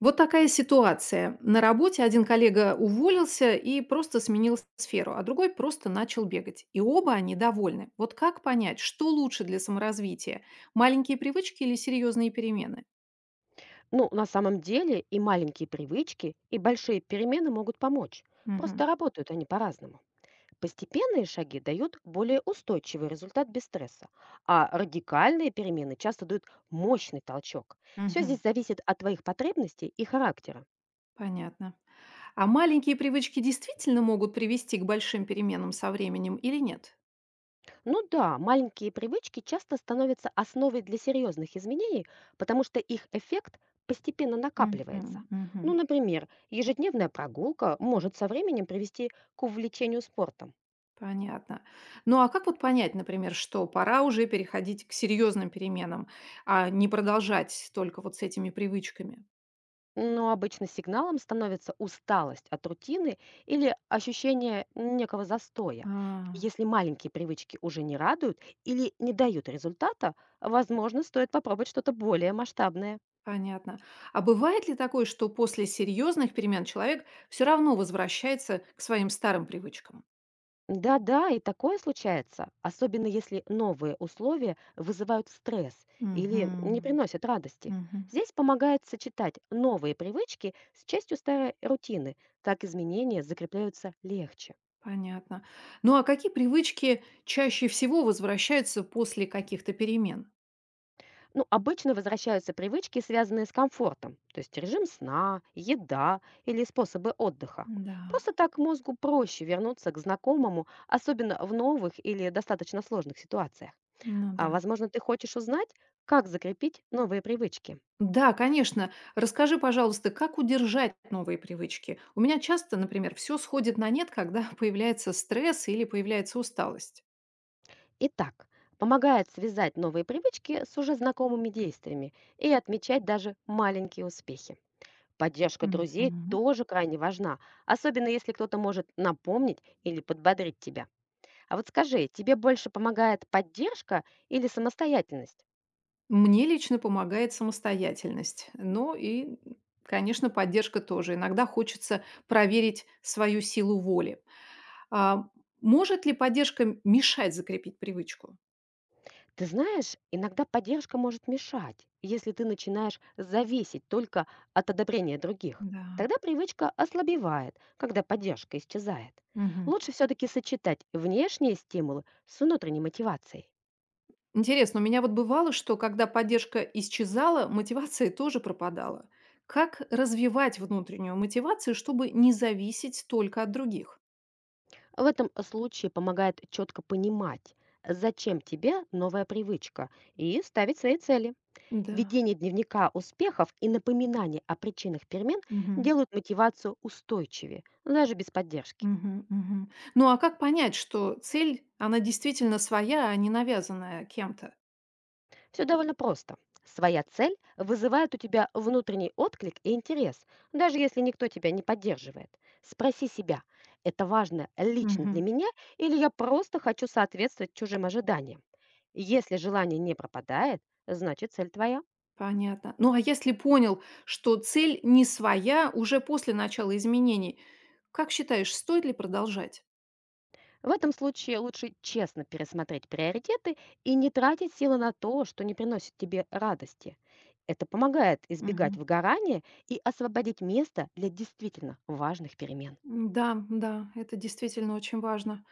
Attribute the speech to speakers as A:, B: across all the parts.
A: Вот такая ситуация. На работе один коллега уволился и просто сменил сферу, а другой просто начал бегать. И оба они довольны. Вот как понять, что лучше для саморазвития? Маленькие привычки или серьезные перемены?
B: Ну, на самом деле и маленькие привычки, и большие перемены могут помочь.
A: Мгм.
B: Просто работают они по-разному. Постепенные шаги дают более устойчивый результат без стресса, а радикальные перемены часто дают мощный толчок. Все
A: Мгм.
B: здесь зависит от твоих потребностей и характера.
A: Понятно. А маленькие привычки действительно могут привести к большим переменам со временем или нет?
B: Ну да, маленькие привычки часто становятся основой для серьезных изменений, потому что их эффект постепенно накапливается.
A: Мгм. Мгм.
B: Ну, например, ежедневная прогулка может со временем привести к увлечению спортом.
A: Понятно. Ну, а как вот понять, например, что пора уже переходить к серьезным переменам, а не продолжать только вот с этими привычками?
B: Но обычно сигналом становится усталость от рутины или ощущение некого застоя.
A: А,
B: Если маленькие привычки уже не радуют или не дают результата, возможно, стоит попробовать что-то более масштабное.
A: понятно. А бывает ли такое, что после серьезных перемен человек все равно возвращается к своим старым привычкам?
B: Да-да, и такое случается, особенно если новые условия вызывают стресс или
A: Мгм.
B: не приносят радости.
A: Мгм.
B: Здесь помогает сочетать новые привычки с частью старой рутины, так изменения закрепляются легче.
A: Понятно. Ну, а какие привычки чаще всего возвращаются после каких-то перемен?
B: Ну, обычно возвращаются привычки, связанные с комфортом, то есть режим сна, еда или способы отдыха.
A: Да,
B: Просто так мозгу проще вернуться к знакомому, особенно в новых или достаточно сложных ситуациях.
A: ну
B: А
A: да.
B: возможно, ты хочешь узнать, как закрепить новые привычки.
A: Да, конечно. Расскажи, пожалуйста, как удержать новые привычки? У меня часто, например, все сходит на нет, когда появляется стресс или появляется усталость.
B: Итак, помогает связать новые привычки с уже знакомыми действиями и отмечать даже маленькие успехи. Поддержка друзей
A: Мгм.
B: тоже крайне важна, особенно если кто-то может напомнить или подбодрить тебя. А вот скажи, тебе больше помогает поддержка или самостоятельность?
A: Мне лично помогает самостоятельность. Ну и, конечно, поддержка тоже. Иногда хочется проверить свою силу воли. А может ли поддержка мешать закрепить привычку?
B: Ты знаешь, иногда поддержка может мешать, если ты начинаешь зависеть только от одобрения других.
A: Да.
B: Тогда привычка ослабевает, когда поддержка исчезает.
A: Мгм.
B: Лучше все-таки сочетать внешние стимулы с внутренней мотивацией.
A: Интересно, у меня вот бывало, что когда поддержка исчезала, мотивация тоже пропадала. Как развивать внутреннюю мотивацию, чтобы не зависеть только от других?
B: В этом случае помогает четко понимать, зачем тебе новая привычка, и ставить свои цели.
A: Да.
B: Ведение дневника успехов и напоминание о причинах перемен
A: Мгм.
B: делают мотивацию устойчивее, ну, даже без поддержки.
A: Мгм. Мгм. Ну а как понять, что цель, она действительно своя, а не навязанная кем-то?
B: Все довольно просто. Своя цель вызывает у тебя внутренний отклик и интерес, даже если никто тебя не поддерживает. Спроси себя: это важно лично для
A: Мгм.
B: меня или я просто хочу соответствовать чужим ожиданиям? Если желание не пропадает, значит цель твоя.
A: Понятно. Ну а если понял, что цель не своя уже после начала изменений, как считаешь, стоит ли продолжать?
B: В этом случае лучше честно пересмотреть приоритеты и не тратить силы на то, что не приносит тебе радости. Это помогает избегать
A: Мгм.
B: выгорания и освободить место для действительно важных перемен.
A: Да, да, это действительно очень важно.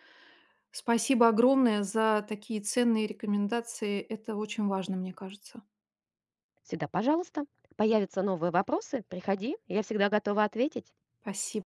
A: Спасибо огромное за такие ценные рекомендации. Это очень важно, мне кажется.
B: Всегда пожалуйста, появятся новые вопросы — приходи, я всегда готова ответить.
A: Спасибо.